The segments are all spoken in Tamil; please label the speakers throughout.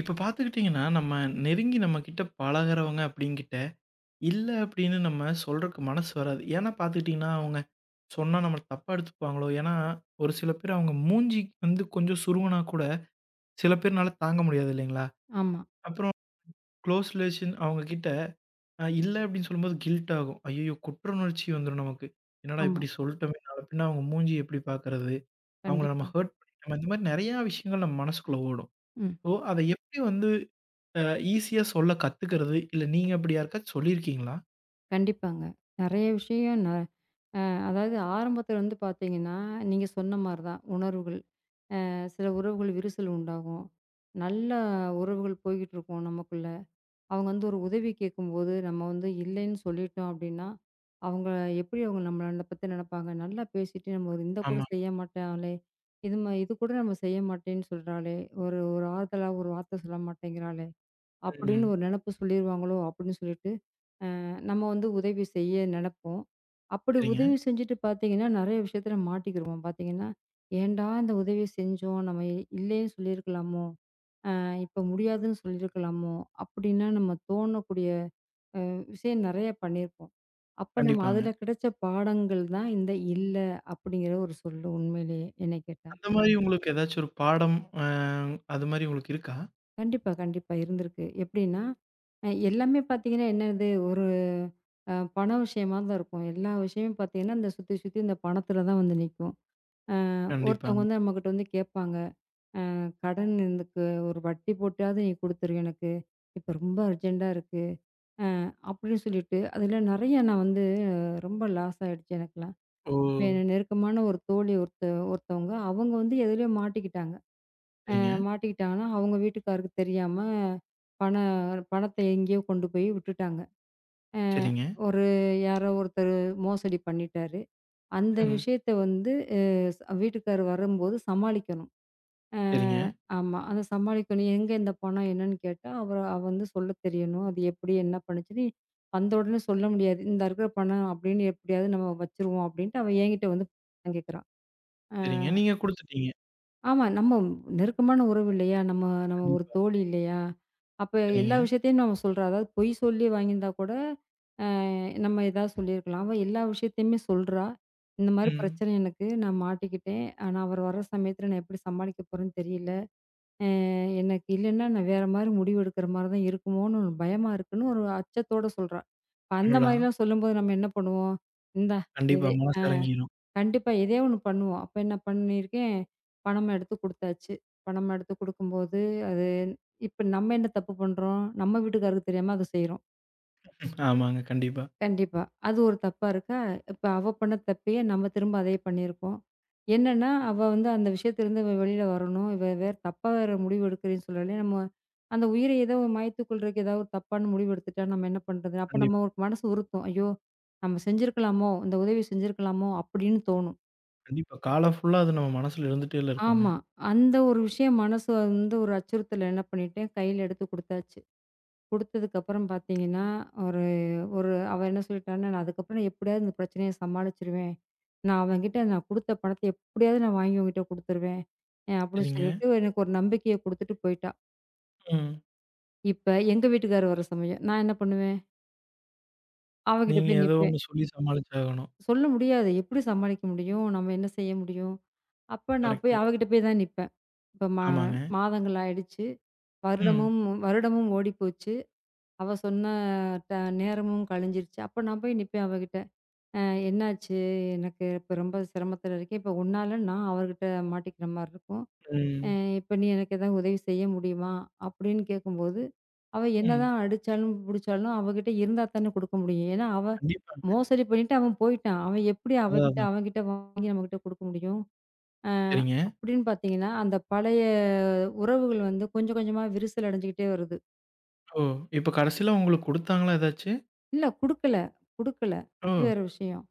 Speaker 1: இப்ப பார்த்துக்கிட்டீங்கன்னா, நம்ம நெருங்கி நம்ம கிட்ட பழகுறவங்க அப்படின்கிட்ட, இல்ல அப்படின்னு நம்ம சொல்றக்கு மனசு வராது. ஏன்னா பார்த்துக்கிட்டீங்கன்னா, அவங்க சொன்னா நம்மள தப்பா எடுத்துப்பாங்களோ? ஏன்னா, ஒரு சில பேர் அவங்க மூஞ்சி வந்து கொஞ்சம் சுருங்குனா கூட, சில பேர்னால தாங்க முடியாது இல்லைங்களா?
Speaker 2: ஆமா,
Speaker 1: அப்புறம் குளோஸ் ரிலேஷன் அவங்க கிட்ட இல்ல அப்படின்னு சொல்லும்போது கில்ட் ஆகும். ஐய்யய்யோ! குற்ற உணர்ச்சி வந்துரும் நமக்கு. என்னடா
Speaker 2: ஆமா.
Speaker 1: இப்படி சொல்ட்டோமே! நாள பின்ன அவங்க மூஞ்சி எப்படி பார்க்கறது? அவங்கள நம்ம
Speaker 2: கண்டிப்பா.
Speaker 1: ஹர்ட் பண்ணிட்டோமே! இந்த மாரி நெறையா விஷயங்கள் நம்ம மனசுக்குள்ள ஓடும்.
Speaker 2: ம்.
Speaker 1: ஸோ, அத எப்படி வந்து அ ஈஸியா சொல்ல கத்துக்கிறது, இல்ல நீங்க அப்படி யாருக்காச்சும் சொல்லியிருக்கீங்களா?
Speaker 2: கண்டிப்பாங்க. நெறைய விஷயம் ந அதாவது ஆரம்பத்துல வந்து பார்த்தீங்கன்னா, நீங்க சொன்ன மாரி தான் உணர்வுகள். சில உறவுகள் விரிசல் உண்டாகும். நல்ல உறவுகள் போய்கிட்டு இருக்கும் நமக்குள்ள. அவங்க வந்து ஒரு உதவி கேட்கும்போது, நம்ம வந்து இல்லைன்னு சொல்லிட்டோம் அப்டின்னா, அவங்க எப்டி அவங்க நம்மள பத்தி நெனப்பாங்க? நல்லா பேசிட்டு நம்ம ஒரு இந்த கூட
Speaker 1: ஆமா.
Speaker 2: செய்ய மாட்டாளே! இது கூட நம்ம செய்ய மாட்டேன்னு சொல்றாளே! ஒரு ஒரு ஆறுதலா ஒரு வார்த்த சொல்ல மாட்டேங்கிறாளே! அப்டின்னு
Speaker 1: ம்.
Speaker 2: ஒரு நெனப்பு சொல்லிருவாங்களோ! அப்டின்னு சொல்லிட்டு நம்ம வந்து உதவி செய்ய நினைப்போம். அப்படி
Speaker 1: சரிங்க.
Speaker 2: உதவி செஞ்சுட்டு பார்த்தீங்கன்னா, நெறைய விஷயத்துல மாட்டிக்கிருவோம். பார்த்தீங்கன்னா, "ஏன்டா இந்த உதவிய செஞ்சோம்? நம்ம இல்லேன்னு சொல்லியிருக்கலாமோ? இப்ப முடியாதுன்னு சொல்லியிருக்கலாமோ?" அப்படின்னா நம்ம தோணக்கூடிய விஷயம் நெறைய பண்ணியிருப்போம். அப்ப நம்ம
Speaker 1: கண்டிப்பாங்க.
Speaker 2: அதுல கிடைச்ச பாடங்கள் தான் இந்த "இல்ல" அப்படிங்கிற ஒரு சொல்லு உண்மையிலேயே என்னை கேட்டா.
Speaker 1: அந்த மாரி உங்களுக்கு ஏதாச்சும் ஒரு பாடம் அ அது மாரி உங்களுக்கு இருக்கா?
Speaker 2: கண்டிப்பா, கண்டிப்பா இருந்திருக்கு. எப்படின்னா, எல்லாமே பார்த்தீங்கன்னா என்னது ஒரு பண விஷயமா தான் இருக்கும். எல்லா விஷயமும் பார்த்தீங்கன்னா, இந்த சுத்தி, சுத்தி இந்த பணத்துல தான் வந்து நிக்கும். அ ஒருத்தவங்க
Speaker 1: கண்டிப்பாங்க.
Speaker 2: வந்து நம்மகிட்ட வந்து கேட்பாங்க. கடன் எனக்கு ஒரு வட்டி போட்டாவது நீ குடுத்துரு எனக்கு. இப்ப ரொம்ப அர்ஜென்ட்டா இருக்கு. அப்படின்னு சொல்லிட்டு, அதுல நெறைய நான் வந்து ரொம்ப லாஸ் ஆயிடுச்சு எனக்கெல்லாம்.
Speaker 1: ஓ!
Speaker 2: இப்ப என் நெருக்கமான ஒரு தோழி ஒருத்தவங்க, அவங்க வந்து எதுலயோ மாட்டிக்கிட்டாங்க.
Speaker 1: சரிங்க,
Speaker 2: மாட்டிக்கிட்டாங்கன்னா, அவங்க வீட்டுக்காருக்கு தெரியாம பண பணத்த எங்கேயோ கொண்டு போய் விட்டுட்டாங்க. அ
Speaker 1: சரிங்க,
Speaker 2: ஒரு யாரோ ஒருத்தர் மோசடி பண்ணிட்டாரு. அந்த
Speaker 1: ம்.
Speaker 2: விஷயத்த வந்து வீட்டுக்காரர் வரும்போது சமாளிக்கணும். அ
Speaker 1: சரிங்க,
Speaker 2: ஆமா. அத சமாளிக்கணும். எங்க இந்த பணம் என்னன்னு கேட்டா, அவ அவ வந்து சொல்ல தெரியணும். அது எப்படி என்ன பண்ணுச்சுன்னு, வந்த உடனே சொல்ல முடியாது. "இந்தா இருக்கிற பணம்" அப்படின்னு எப்படியாவது நம்ம வச்சுருவோம் அப்படின்ட்டு அவ என்கிட்ட வந்து பணம் கேட்கிறா. அ
Speaker 1: சரிங்க. நீங்க குடுத்துட்டீங்க.
Speaker 2: ஆமா நம்ம நெருக்கமான உறவு இல்லையா? நம்ம நம்ம ஒரு
Speaker 1: கண்டிப்பா.
Speaker 2: தோழி இல்லையா? அப்ப
Speaker 1: சரிங்க.
Speaker 2: எல்லா விஷயத்தையும் நம்ம சொல்றா. அதாவது பொய் சொல்லி வாங்கியிருந்தா கூட, அ நம்ம ஏதாவது சொல்லியிருக்கலாம். அவ எல்லா விஷயத்தையுமே சொல்றா. "இந்த மாரி
Speaker 1: ம்.
Speaker 2: பிரச்சனை எனக்கு. நான் மாட்டிக்கிட்டேன். ஆனா, அவர் வர்ற சமயத்தில நான் எப்படி சமாளிக்க போறேன்னு தெரியல." அ எனக்கு இல்லன்னா, நான் வேற மாரி முடிவு எடுக்கிற மாரி தான் இருக்குமோன்னு ஒரு பயமா இருக்குன்னு ஒரு அச்சத்தோட சொல்றா. அந்த
Speaker 1: அடடா!
Speaker 2: மாரிலாம் சொல்லும்போது நம்ம என்ன பண்ணுவோம்? இந்தா
Speaker 1: கண்டிப்பா
Speaker 2: இது
Speaker 1: மனசு இறங்கிரும்.
Speaker 2: கண்டிப்பா இதே ஒண்ணு பண்ணுவோம். அப்ப என்ன பண்ணியிருக்கேன், பணமா எடுத்து குடுத்தாச்சு. பணமா எடுத்து குடுக்கும்போது, அது இப்ப நம்ம என்ன தப்பு பண்றோம்? நம்ம வீட்டுக்காருக்கு தெரியாம அத செய்றோம்.
Speaker 1: ஆமாங்க. கண்டிப்பா,
Speaker 2: கண்டிப்பா. அது ஒரு தப்பா இருக்கா? இப்ப அவ பண்ண தப்பயே நம்ம திரும்ப அதே பண்ணியிருக்கோம். என்னன்னா, அவ வந்து அந்த விஷயத்திலருந்து இவ வெளியில வரணும். இவ வேற தப்பா வேற முடிவு எடுக்கிறேன்னு சொல்லலே, நம்ம அந்த உயிரை ஏதோ மாய்த்து கொள்றதுக்கு ஏதாவது ஒரு தப்பான முடிவு எடுத்துட்டா நம்ம என்ன பண்றது? அப்ப நம்ம
Speaker 1: கண்டிப்பா,
Speaker 2: ஒரு மனசு உறுத்தும். ஐயோ! நம்ம செஞ்சிருக்கலாமோ! இந்த உதவி செஞ்சிருக்கலாமோ! அப்படின்னு தோணும்.
Speaker 1: கண்டிப்பா. காலம் ஃபுல்லா அது நம்ம மனசுல இருந்துட்டேல இருக்குங்க.
Speaker 2: ஆமா. அந்த ஒரு விஷயம் மனசு வந்து ஒரு அச்சுறுத்தல்ல என்ன பண்ணிட்டேன், கையில எடுத்து குடுத்தாச்சு. குடுத்ததுக்கப்புறம் பார்த்தீங்கன்னா, ஒரு ஒரு அவ என்ன சொல்லிட்டான்னா, "நான் அதுக்கப்புறம் எப்படியாவது இந்த பிரச்சனைய சமாளிச்சுருவேன். நான் அவன்கிட்ட நான் குடுத்த பணத்த எப்படியாவது நான் வாங்கி உன்கிட்ட குடுத்துருவேன்." அப்படின்னு
Speaker 1: சரிங்க.
Speaker 2: சொல்லிட்டு எனக்கு ஒரு நம்பிக்கைய குடுத்துட்டு போயிட்டா.
Speaker 1: ம்.
Speaker 2: இப்ப எங்க வீட்டுக்காரர் வர சமயம், நான் என்ன பண்ணுவேன்? அவகிட்ட
Speaker 1: நீங்க
Speaker 2: போய்
Speaker 1: ஏதோ
Speaker 2: நிப்பேன்.
Speaker 1: ஒண்ணு சொல்லி சமாளிச்சாகணும்.
Speaker 2: சொல்ல முடியாது. எப்படி சமாளிக்க முடியும்? நம்ம என்ன செய்ய முடியும்? அப்ப நான்
Speaker 1: கரெக்ட்டு.
Speaker 2: போய் அவகிட்ட போய் தான் நிப்பேன். இப்ப மா
Speaker 1: ஆமாங்க.
Speaker 2: மாதங்கள் ஆயிடுச்சு.
Speaker 1: ம்,
Speaker 2: வருடமும் வருடமும் ஓடிப்போச்சு. அவ சொன்ன ட நேரமும் கழிஞ்சிருச்சு. அப்ப நான் போய் நிப்பேன் அவகிட்ட. அ என்னாச்சு? எனக்கு இப்ப ரொம்ப சிரமத்துல இருக்கேன். இப்ப உன்னால நான் அவர்கிட்ட மாட்டிக்கிற மாரி இருக்கும். அ
Speaker 1: ம்.
Speaker 2: இப்ப நீ எனக்கு ஏதாவது உதவி செய்ய முடியுமா? அப்படின்னு கேட்கும்போது, அவ
Speaker 1: ம்.
Speaker 2: என்னதான் அடிச்சாலும், புடிச்சாலும் அவகிட்ட இருந்தா தானே குடுக்க முடியும். ஏன்னா, அவ
Speaker 1: கண்டிப்பாங்க.
Speaker 2: மோசடி பண்ணிட்டு அவன் போயிட்டான். அவன் எப்படி
Speaker 1: அதான்,
Speaker 2: அவகிட்ட
Speaker 1: அதான்.
Speaker 2: அவன்கிட்ட வாங்கி நம்மகிட்ட குடுக்க முடியும்? அ
Speaker 1: சரிங்க.
Speaker 2: அப்படின்னு பார்த்தீங்கன்னா, அந்த பழைய உறவுகள் வந்து கொஞ்சம் கொஞ்சமா விரிசல் அடைஞ்சுக்கிட்டே வருது.
Speaker 1: ஓ! இப்ப கடைசில உங்களுக்கு குடுத்தாங்களா ஏதாச்சு?
Speaker 2: இல்ல குடுக்கல, குடுக்கல.
Speaker 1: ஓ!
Speaker 2: அது வேற விஷயம்.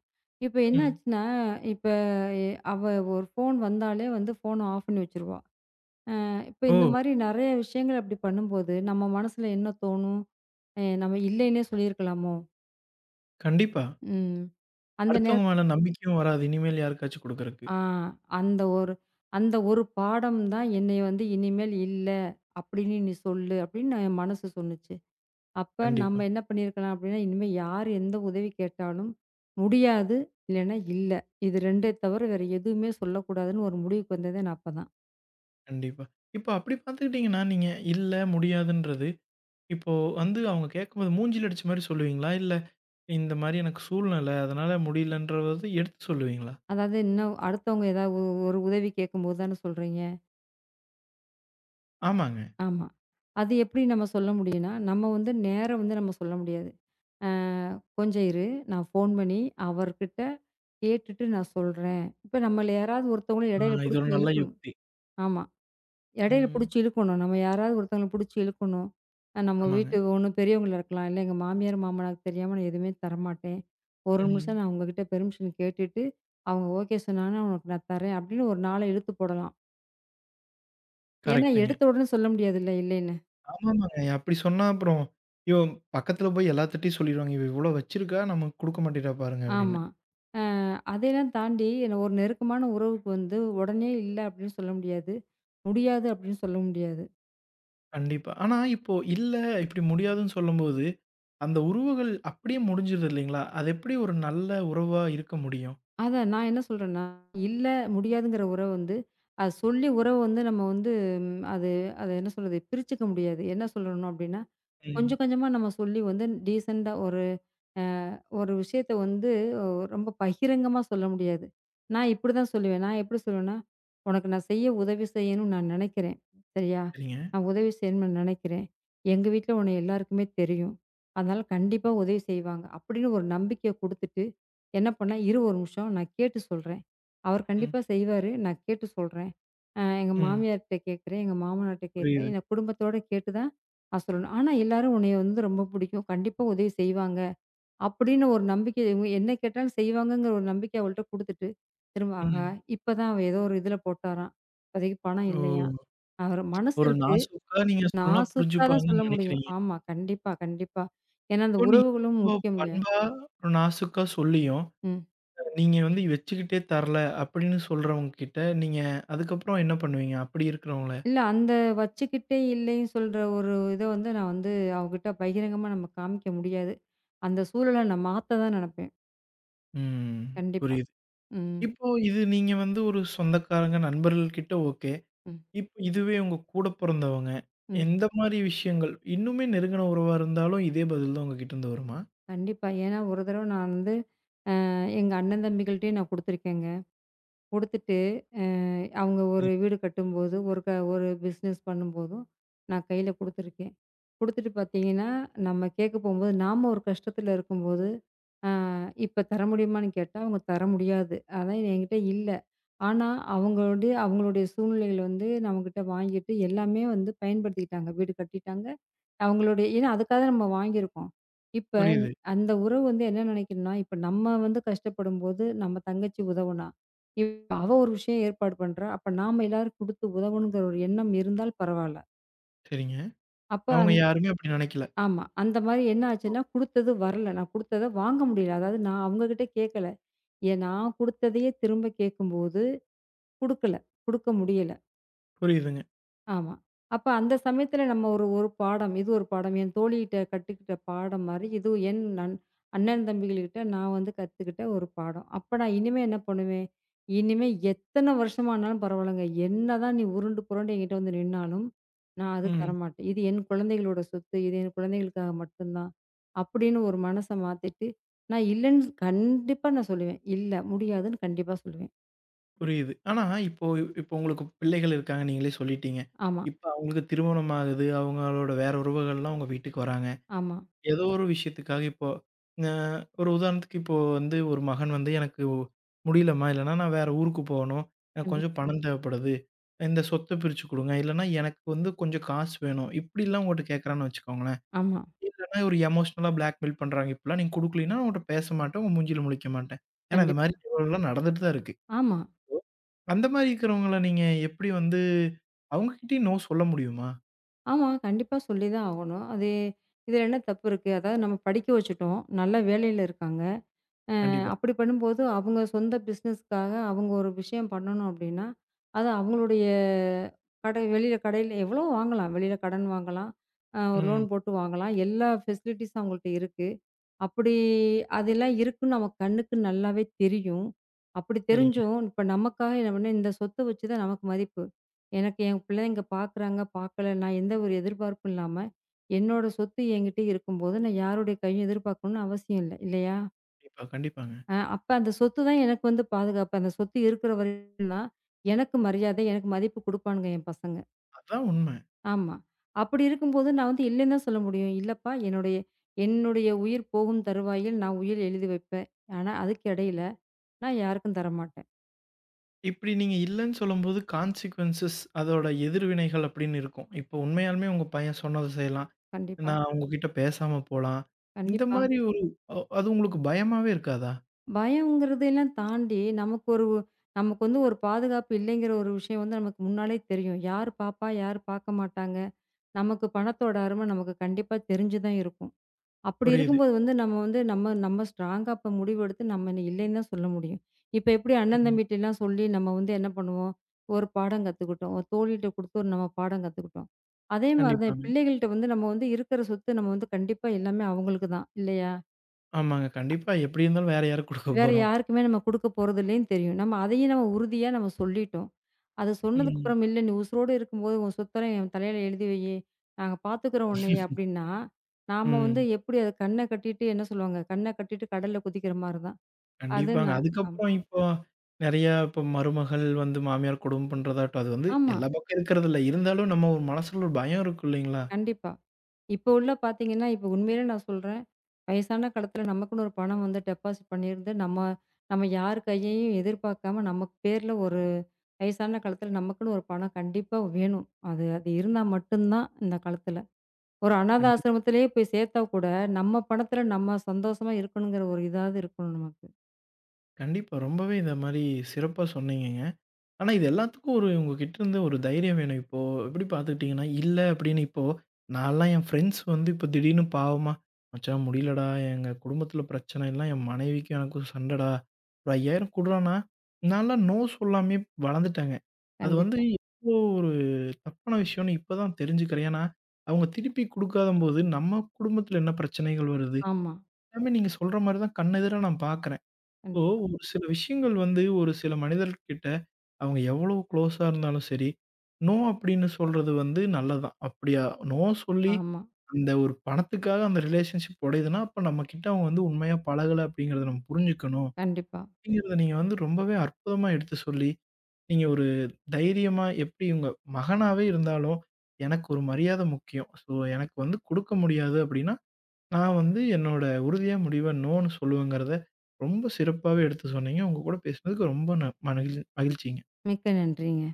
Speaker 2: இப்ப
Speaker 1: ம்.
Speaker 2: என்னாச்சுன்னா, இப்ப எ அவ ஒரு ஃபோன் வந்தாலே வந்து ஃபோன ஆஃப் பண்ணி வச்சுருவா. இப்ப இந்த
Speaker 1: ஓ!
Speaker 2: மாரி நெறைய விஷயங்கள் அப்படி பண்ணும்போது, நம்ம மனசுல என்ன தோணும்? நம்ம இல்லைன்னே சொல்லியிருக்கலாமோ?
Speaker 1: கண்டிப்பா.
Speaker 2: ம். அந்த
Speaker 1: அடுத்தவங்க
Speaker 2: நேரத்து
Speaker 1: மேல நம்பிக்கையும் வராது. இனிமேல் யாருக்காச்சும் குடுக்குறக்கு.
Speaker 2: ஆ அந்த ஒரு அந்த ஒரு பாடம் தான் என்னைய வந்து இனிமேல் இல்ல அப்படின்னு நீ சொல்லு அப்படின்னு என் மனசு சொன்னுச்சு. அப்ப
Speaker 1: கண்டிப்பா,
Speaker 2: நம்ம என்ன பண்ணியிருக்கலாம் அப்படின்னா, இனிமே யார் எந்த உதவி கேட்டாலும், முடியாது, இல்லைன்னா இல்ல. இது 2 தவிர வேற எதுவுமே சொல்லக்கூடாதுன்னு ஒரு முடிவுக்கு வந்ததே நான் அப்பதான்.
Speaker 1: கண்டிப்பா. இப்ப அப்படி பார்த்துக்கிட்டீங்கன்னா, நீங்க இல்ல முடியாதுன்றது, இப்போ வந்து அவங்க கேட்கும்போது மூஞ்சில அடிச்ச மாரி சொல்லுவீங்களா? இல்ல இந்த மாரி எனக்கு சூழ்நிலை, அதனால முடியலன்றத எடுத்து சொல்லுவீங்களா?
Speaker 2: அதாவது இன்னும் அடுத்தவங்க ஏதாவது ஒரு உதவி கேட்கும்போது தானே சொல்றீங்க.
Speaker 1: ஆமாங்க.
Speaker 2: ஆமா. அது எப்படி நம்ம சொல்ல முடியும்னா, நம்ம வந்து நேரா வந்து நம்ம சொல்ல முடியாது. "அ கொஞ்சம் இரு, நான் ஃபோன் பண்ணி அவர்கிட்ட கேட்டுட்டு நான் சொல்றேன்." இப்ப நம்மள யாராவது ஒருத்தவங்கள இடையில
Speaker 1: ஆ இது ஒரு
Speaker 2: புடிச்சு
Speaker 1: நல்ல
Speaker 2: இழுக்கணும்.
Speaker 1: யுக்தி.
Speaker 2: ஆமா. இடையில
Speaker 1: ம்.
Speaker 2: புடிச்சு இழுக்கணும். நம்ம யாராவது ஒருத்தவங்கள புடிச்சு இழுக்கணும். நம்ம
Speaker 1: ஆமாங்க.
Speaker 2: வீட்டு ஒண்ணு பெரியவங்களா இருக்கலாம். இல்ல எங்க மாமியார், மாமனாருக்கு தெரியாம நான் எதுவுமே தரமாட்டேன். ஒரு நிமிஷம்
Speaker 1: ம்.
Speaker 2: நான் உங்ககிட்ட பெர்மிஷன் கேட்டுட்டு, அவங்க ஓகே சொன்னாங்கன்னா, உனக்கு நான் தரேன் அப்படின்னு ஒரு நாள இழுத்து போடலாம். ஏன்னா
Speaker 1: கரெக்ட்டுங்க.
Speaker 2: எடுத்த உடனே சொல்ல முடியாதுல்ல இல்லைன்னு.
Speaker 1: ஆமாமாங்க. அப்படி சொன்னா அப்புறம், "ஐயோ! பக்கத்துல போய் எல்லாத்துட்டயும் சொல்லிருவாங்க. இவ இவ்வளோ வச்சிருக்கா, நமக்கு குடுக்க மாட்டேன்றா பாருங்க" அப்படின்னு.
Speaker 2: ஆமா. அ அதையெல்லாம் தாண்டி என்ன ஒரு நெருக்கமான உறவுக்கு வந்து உடனே இல்ல அப்படின்னு சொல்ல முடியாது. முடியாது அப்படின்னு சொல்ல முடியாது.
Speaker 1: கண்டிப்பா. ஆனா இப்போ இல்ல, இப்படி முடியாதுன்னு சொல்லும்போது, அந்த உறவுகள் அப்படியே முடிஞ்சிருது இல்லைங்களா? அது எப்படி ஒரு நல்ல உறவா இருக்க முடியும்?
Speaker 2: அதான் நான் என்ன சொல்றேன்னா, இல்ல முடியாதுங்கிற உறவு வந்து, அது சொல்லி உறவு வந்து நம்ம வந்து ம் அது அது என்ன சொல்றது? பிரிச்சுக்க முடியாது. என்ன சொல்லணும் அப்டின்னா,
Speaker 1: ம்.
Speaker 2: கொஞ்சம் கொஞ்சமா நம்ம சொல்லி வந்து டீசென்ட்டா ஒரு அ ஒரு விஷயத்த வந்து ரொம்ப பகிரங்கமா சொல்ல முடியாது. நான் இப்படிதான் சொல்லுவேன். நான் எப்படி சொல்லுவேன்னா, "உனக்கு நான் செய்ய உதவி செய்யணும்னு நான் நினைக்கிறேன். சரியா?
Speaker 1: சரிங்க.
Speaker 2: நான் உதவி செய்யணும்னு நான் நினைக்கிறேன். எங்க வீட்ல உன்னை எல்லாருக்குமே தெரியும். அதனால கண்டிப்பா உதவி செய்வாங்க." அப்படின்னு ஒரு நம்பிக்கைய குடுத்துட்டு, என்ன பண்ணேன், "இரு ஒரு நிமிஷம் நான் கேட்டு சொல்றேன். அவர்
Speaker 1: ம்.
Speaker 2: கண்டிப்பா செய்வாரு. நான் கேட்டு சொல்றேன். எங்க
Speaker 1: ம்.
Speaker 2: மாமியார்ட்ட கேட்கிறேன், எங்க மாமனார்ட்ட கேட்கிறேன்.
Speaker 1: புரியுது.
Speaker 2: என் குடும்பத்தோட கேட்டு தான் நான் சொல்லணும். ஆனா எல்லாரும் உன்னைய வந்து ரொம்ப பிடிக்கும். கண்டிப்பா உதவி செய்வாங்க." அப்படின்னு ஒரு நம்பிக்கை இவங்க என்ன கேட்டாலும் செய்வாங்கங்கிற ஒரு நம்பிக்கை அவள்ட்ட குடுத்துட்டு, திரும்ப ஆஹா!
Speaker 1: ம்.
Speaker 2: இப்பதான் அவ ஏதோ ஒரு இதுல போட்டாராம். இப்போதைக்கு பணம் இல்லையாம்.
Speaker 1: ஓ!
Speaker 2: அவரு மனசு
Speaker 1: ஒரு
Speaker 2: இருக்கு.
Speaker 1: நாசூக்கா நீங்க சொன்னா
Speaker 2: நான் சுத்தா தான்
Speaker 1: புரிஞ்சுப்பாங்கன்னு
Speaker 2: சொல்ல முடியும்.
Speaker 1: நெனைக்கிறீங்க.
Speaker 2: ஆமா. கண்டிப்பா, கண்டிப்பா. ஏன்னா அந்த
Speaker 1: இப்போ நீங்க
Speaker 2: உறவுகளும்
Speaker 1: இவ்ளோ
Speaker 2: முக்கியம் இல்லையா?
Speaker 1: பண்பா, ஒரு நாசூக்கா சொல்லியும்
Speaker 2: ம்.
Speaker 1: நீங்க வந்து வச்சுக்கிட்டே தரல அப்படின்னு சொல்றவங்க கிட்ட, நீங்க அதுக்கப்புறம் என்ன பண்ணுவீங்க? அப்படி இருக்கிறவங்கள?
Speaker 2: இல்ல அந்த வச்சுக்கிட்டே இல்லைன்னு சொல்ற ஒரு இத வந்து நான் வந்து அவகிட்ட பகிரங்கமா நம்ம காமிக்க முடியாது. அந்த சூழல நான் மாத்த தான் நினைப்பேன்.
Speaker 1: ம்.
Speaker 2: கண்டிப்பா.
Speaker 1: புரியுது.
Speaker 2: ம்,
Speaker 1: இப்போ இது நீங்க வந்து ஒரு சொந்தக்காரங்க, நண்பர்கள் கிட்ட ஓகே.
Speaker 2: ம்,
Speaker 1: இதுவே உங்க கூட பொறந்தவங்க,
Speaker 2: ம்.
Speaker 1: எந்த மாரி விஷயங்கள்? இன்னுமே நெருங்கின உறவா இருந்தாலும் இதே பதில் தான் உங்ககிட்ட இருந்து வருமா?
Speaker 2: கண்டிப்பா. ஏன்னா ஒரு தடவ நான் வந்து எங்க அண்ணன் தம்பிகள்ட்டயும் நான் குடுத்துருக்கேங்க. குடுத்துட்டு, அ அவங்க ஒரு
Speaker 1: சரிங்க.
Speaker 2: வீடு கட்டும்போது, ஒரு ஒரு பிஸ்னஸ் பண்ணும்போதும், நான் கையில குடுத்துருக்கேன். குடுத்துட்டு பார்த்தீங்கன்னா, நம்ம கேட்க போம்போது, நாம ஒரு கஷ்டத்துல இருக்கும்போது, அ இப்ப தர முடியுமான்னு கேட்டா, அவங்க தர முடியாது. அதான் என்கிட்ட இல்ல. ஆனா, அவங்களுடைய அவங்களுடைய சூழ்நிலைகள் வந்து நம்மகிட்ட வாங்கிட்டு எல்லாமே வந்து பயன்படுத்திக்கிட்டாங்க. வீடு கட்டிட்டாங்க. ஏன்னா அதுக்காக நம்ம வாங்கியிருக்கோம். இப்ப
Speaker 1: புரியுது.
Speaker 2: அந்த உறவு வந்து என்ன நினைக்கணும்னா, இப்ப நம்ம வந்து கஷ்டப்படும்போது நம்ம தங்கச்சி உதவுனா, இப்ப அவ ஒரு விஷயம் ஏற்பாடு பண்றா. அப்ப நாம எல்லாரும் குடுத்து உதவணுங்கிற ஒரு எண்ணம் இருந்தால் பரவால்ல.
Speaker 1: சரிங்க.
Speaker 2: அப்ப
Speaker 1: அவங்க
Speaker 2: அந்த
Speaker 1: யாருமே அப்படி நினைக்கல.
Speaker 2: ஆமா. அந்த மாரி என்ன ஆச்சுன்னா, குடுத்தது வரல. நான் குடுத்தத வாங்க முடியல. அதாவது நான் அவங்க கிட்ட கேட்கல. ஏன் நான் குடுத்ததையே திரும்ப கேட்கும்போது குடுக்கல. குடுக்க முடியல.
Speaker 1: புரியுதுங்க.
Speaker 2: ஆமா. அப்ப அந்த சமயத்துல நம்ம ஒரு ஒரு பாடம், இது ஒரு பாடம். என் தோழிகிட்ட கத்துக்கிட்ட பாடம் மாரி, இது என் அண்ணன் தம்பிகள்கிட்ட நான் வந்து கத்துக்கிட்ட ஒரு பாடம். அப்ப நான் இனிமே என்ன பண்ணுவேன்? இனிமே எத்தன வருஷமானாலும் பரவாயில்லங்க. என்னதான் நீ உருண்டு புரண்டு என்கிட்ட வந்து நின்னாலும், நான் அது
Speaker 1: ம்.
Speaker 2: தரமாட்டேன். இது என் குழந்தைகளோட சொத்து. இது என் குழந்தைகளுக்காக மட்டும்தான். அப்படின்னு ஒரு மனச மாத்திட்டு, நான் இல்லைன்னு கண்டிப்பா நான் சொல்லுவேன். இல்ல முடியாதுன்னு கண்டிப்பா சொல்லுவேன்.
Speaker 1: புரியுது. ஆனா இப்போ இப்போ உங்களுக்கு பிள்ளைகள் இருக்காங்க, நீங்களே சொல்லிட்டீங்க.
Speaker 2: ஆமா,
Speaker 1: இப்ப அவங்களுக்கு திருமணம் ஆகுது. அவங்களோட வேற உறவுகள்லாம் உங்க வீட்டுக்கு வராங்க.
Speaker 2: ஆமா.
Speaker 1: ஏதோ ஒரு விஷயத்துக்காக இப்போ அ ஒரு உதாரணத்துக்கு இப்போ வந்து ஒரு மகன் வந்து எனக்கு முடியலம்மா, இல்லன்னா நான் வேற ஊருக்கு போணும். எனக்கு
Speaker 2: கண்டிப்
Speaker 1: கொஞ்சம் பணம் தேவைப்படுது. இந்த சொத்த பிரிச்சு குடுங்க. இல்லன்னா எனக்கு வந்து கொஞ்சம் காசு வேணும். இப்படிலாம் உங்கட்ட கேட்கறான்னு வச்சுக்கோங்களேன்.
Speaker 2: ஆமா,
Speaker 1: இல்லன்னா ஒரு எமோஷனலா பிளாக்மெயில் பண்றாங்க. இப்படிலாம் நீங்க குடுக்கலீன்னா நான் உன்ட்ட பேச மாட்டேன். உன் மூஞ்சில முழிக்க மாட்டேன். ஏன்னா இந்த
Speaker 2: கண்டிப்பா.
Speaker 1: மாரி சூழல்லாம் நடந்துட்டு தான் இருக்கு.
Speaker 2: ஆமா.
Speaker 1: அந்த மாரி இருக்கிறவங்கள நீங்க எப்படி வந்து அவங்க கிட்டயும் நோ சொல்ல முடியுமா?
Speaker 2: ஆமா. கண்டிப்பா சொல்லி தான் ஆகணும். அது இதில என்ன தப்பு இருக்கு? அதாவது நம்ம படிக்க வச்சுட்டோம். நல்ல வேலையில இருக்காங்க. அ
Speaker 1: கண்டிப்பா.
Speaker 2: அப்படி பண்ணும்போது, அவங்க சொந்த பிசினஸ்க்காக அவங்க ஒரு விஷயம் பண்ணணும் அப்படின்னா, அது அவங்களுடைய கடையில எவ்வளோ வாங்கலாம். வெளியில கடன் வாங்கலாம். ஒரு
Speaker 1: ம்.
Speaker 2: லோன் போட்டு வாங்கலாம். எல்லா ஃபெசிலிட்டீஸும் அவங்கள்ட்ட இருக்கு. அப்படி அதெல்லாம் இருக்குன்னு நம்ம கண்ணுக்கு நல்லாவே தெரியும். அப்படி
Speaker 1: சரிங்க.
Speaker 2: தெரிஞ்சும் இப்ப நமக்காக என்ன பண்ண இந்த சொத்த வச்சு தான் நமக்கு மதிப்பு. எனக்கு என் பிள்ளைங்க பார்க்குறாங்க, பார்க்கல நான் எந்த ஒரு எதிர்பார்ப்பும் இல்லாம, என்னோட சொத்து என்கிட்ட இருக்கும்போது நான் யாருடைய கையும் எதிர்பார்க்கணும்னு அவசியம் இல்ல. இல்லையா?
Speaker 1: கண்டிப்பா, கண்டிப்பாங்க.
Speaker 2: அப்ப அந்த சொத்து தான் எனக்கு வந்து பாதுகாப்பு. அந்த சொத்து இருக்கிற வரைக்கும் தான் எனக்கு மரியாதை, எனக்கு மதிப்பு குடுப்பானுங்க என் பசங்க.
Speaker 1: அதான் உண்ம.
Speaker 2: ஆமா. அப்படி இருக்கும்போது நான் வந்து இல்லன்னு தான் சொல்ல முடியும். இல்லப்பா என்னுடைய என்னுடைய உயிர் போகும் தருவாயில் நான் உயில் எழுதி வைப்பேன். ஆனா அதுக்கு இடையில நான் யாருக்கும் தரமாட்டேன்.
Speaker 1: இப்படி நீங்க இல்லன்னு சொல்லும்போது கான்சிக்வென்சஸ் அதோட எதிர்வினைகள் அப்படின்னு இருக்கும். இப்போ உண்மையாலுமே உங்க பையன் சொன்னத செய்யலாம்.
Speaker 2: கண்டிப்பா,
Speaker 1: நான் ம். உங்ககிட்ட பேசாம போலாம். இந்த ம்.
Speaker 2: கண்டிப்பா.
Speaker 1: மாரி ஒரு அது உங்களுக்கு பயமாவே இருக்காதா?
Speaker 2: பயம்ங்கிறதெல்லாம் தாண்டி நமக்கு ஒரு நமக்கு வந்து ஒரு பாதுகாப்பு இல்லைங்கிற ஒரு விஷயம் வந்து நமக்கு முன்னாலே தெரியும். யார் பாப்பா, யார் பாக்க மாட்டாங்க. நமக்கு பணத்தோட அருமை நமக்கு கண்டிப்பா தெரிஞ்சு தான் இருக்கும். அப்படி
Speaker 1: புரியுது.
Speaker 2: இருக்கும்போது வந்து நம்ம வந்து நம்ம நம்ம ஸ்ட்ராங்கா அப்ப முடிவெடுத்து நம்ம இல்லைன்னு தான் சொல்ல முடியும். இப்ப எப்படி அண்ணன்
Speaker 1: ம்.
Speaker 2: தம்பிட்டலாம் சொல்லி நம்ம வந்து என்ன பண்ணுவோம், ஒரு பாடம் கத்துக்கிட்டோம். ஒரு தோழிட்ட குடுத்து ஒரு நம்ம பாடம் கத்துக்கிட்டோம். அதே மாரி தான்
Speaker 1: கண்டிப்பாங்க.
Speaker 2: பிள்ளைகள்ட்ட வந்து நம்ம வந்து இருக்கிற சொத்து நம்ம வந்து கண்டிப்பா எல்லாமே அவங்களுக்கு தான் இல்லையா?
Speaker 1: ஆமாங்க. கண்டிப்பா எப்படி இருந்தாலும் வேற யாருக்கு குடுக்க
Speaker 2: வேற
Speaker 1: போறோம்.
Speaker 2: யாருக்குமே நம்ம குடுக்க போறதில்லேன்னு தெரியும். நம்ம அதையும் நம்ம உறுதியா நம்ம சொல்லிட்டோம். அத
Speaker 1: ம்.
Speaker 2: சொன்னதுக்கப்புறம், "இல்ல நீ உசுரோடு இருக்கும்போது உன் சொத்தெல்லாம் என் தலையில எழுதி வையி, நாங்க பாத்துக்கிறோம் உன்னைய" அப்டின்னா, நாம வந்து
Speaker 1: ம்.
Speaker 2: எப்படி அத கண்ண கட்டிட்டு என்ன சொல்லுவாங்க, கண்ண கட்டிட்டு கடல்ல குதிக்கிற மாரி தான். அது
Speaker 1: கண்டிப்பாங்க.
Speaker 2: நான் ஆம்
Speaker 1: அதுக்கப்புறம் இப்போ நெறையா மருமகள் வந்து மாமியார் கொடும பண்றதாகட்டும், அது வந்து
Speaker 2: ஆமா,
Speaker 1: எல்லா பக்கம் இருக்கிறதில்ல. இருந்தாலும் நம்ம ஒரு மனசுல ஒரு பயம் இருக்கும் இல்லைங்களா?
Speaker 2: கண்டிப்பா. இப்போ உள்ள பாத்தீங்கன்னா, இப்போ உண்மையிலே நான் சொல்றேன், வயசான காலத்துல நமக்குன்னு ஒரு பணம் வந்து டெபாசிட் பண்ணியிருந்து, நம்ம நம்ம யார் கையையும் எதிர்பார்க்காம நமக்கு பேர்ல ஒரு வயசான காலத்துல நமக்குன்னு ஒரு பணம் கண்டிப்பா வேணும். அது அது இருந்தா மட்டும் தான் இந்த காலத்துல. ஒரு அநாத
Speaker 1: கண்டிப்
Speaker 2: ஆசிரமத்திலேயே போய் சேர்த்தா கூட, நம்ம பணத்துல நம்ம சந்தோஷமா இருக்கணுங்கிற ஒரு இதாவது இருக்கணும் நமக்கு.
Speaker 1: கண்டிப்பா. ரொம்பவே இந்த மாரி சிறப்பா சொன்னீங்கங்க. ஆனா, இது எல்லாத்துக்கும் ஒரு உங்ககிட்ட இருந்து ஒரு தைரியம் வேணும். இப்போ எப்படி பார்த்துக்கிட்டீங்கன்னா, இல்ல அப்படின்னு இப்போ நான்லாம் என் ஃப்ரெண்ட்ஸ் வந்து இப்போ திடீர்னு பாவமா, "மச்சான் முடியலடா, எங்க குடும்பத்தில பிரச்சனை எல்லாம் என் மனைவிக்கும் எனக்கும் சண்டடா. ஒரு 5000 குடுறான்னா" நான்லாம் நோ சொல்லாமயே வளர்ந்துட்டேங்க. அது வந்து
Speaker 2: கண்டிப்பா.
Speaker 1: எவ்ளோ ஒரு தப்பான விஷயம்னு இப்ப தான் தெரிஞ்சுக்கிறேன். ஏன்னா, அவங்க திருப்பி குடுக்காதம்போது நம்ம குடும்பத்தில என்ன பிரச்சனைகள் வருது?
Speaker 2: ஆமா.
Speaker 1: எல்லாமே நீங்க சொல்ற மாரி தான் கண்ணெதிரா நான் பார்க்குறேன். இப்போ
Speaker 2: கண்டிப்பா.
Speaker 1: ஒரு சில விஷயங்கள் வந்து ஒரு சில மனிதர்கிட்ட அவங்க எவ்வளோ க்ளோஸா இருந்தாலும் சரி, நோ அப்படின்னு சொல்றது வந்து நல்லதுதான். அப்படியா நோ சொல்லி
Speaker 2: ஆமா.
Speaker 1: அந்த ஒரு பணத்துக்காக அந்த ரிலேஷன்ஷிப் உடையுதுன்னா, அப்ப நம்மகிட்ட அவங்க வந்து உண்மையா பழகல அப்படிங்கிறத நம்ம புரிஞ்சுக்கணும்.
Speaker 2: கண்டிப்பா.
Speaker 1: அப்படிங்கிறத நீங்க வந்து ரொம்பவே அற்புதமா எடுத்து சொல்லி, நீங்க ஒரு தைரியமா எப்படி உங்க மகனாவே இருந்தாலும், எனக்கு ஒரு மரியாதை முக்கியம். ஸோ எனக்கு வந்து குடுக்க முடியாது அப்படின்னா, நான் வந்து என்னோட உறுதியா முடிவா நோன்னு சொல்லுவேங்கிறத ரொம்ப சிறப்பாவே எடுத்து சொன்னீங்க. உங்க கூட பேசினதுக்கு ரொம்ப மகிழ் மகிழ்ச்சிங்க.
Speaker 2: மிக்க நன்றிங்க.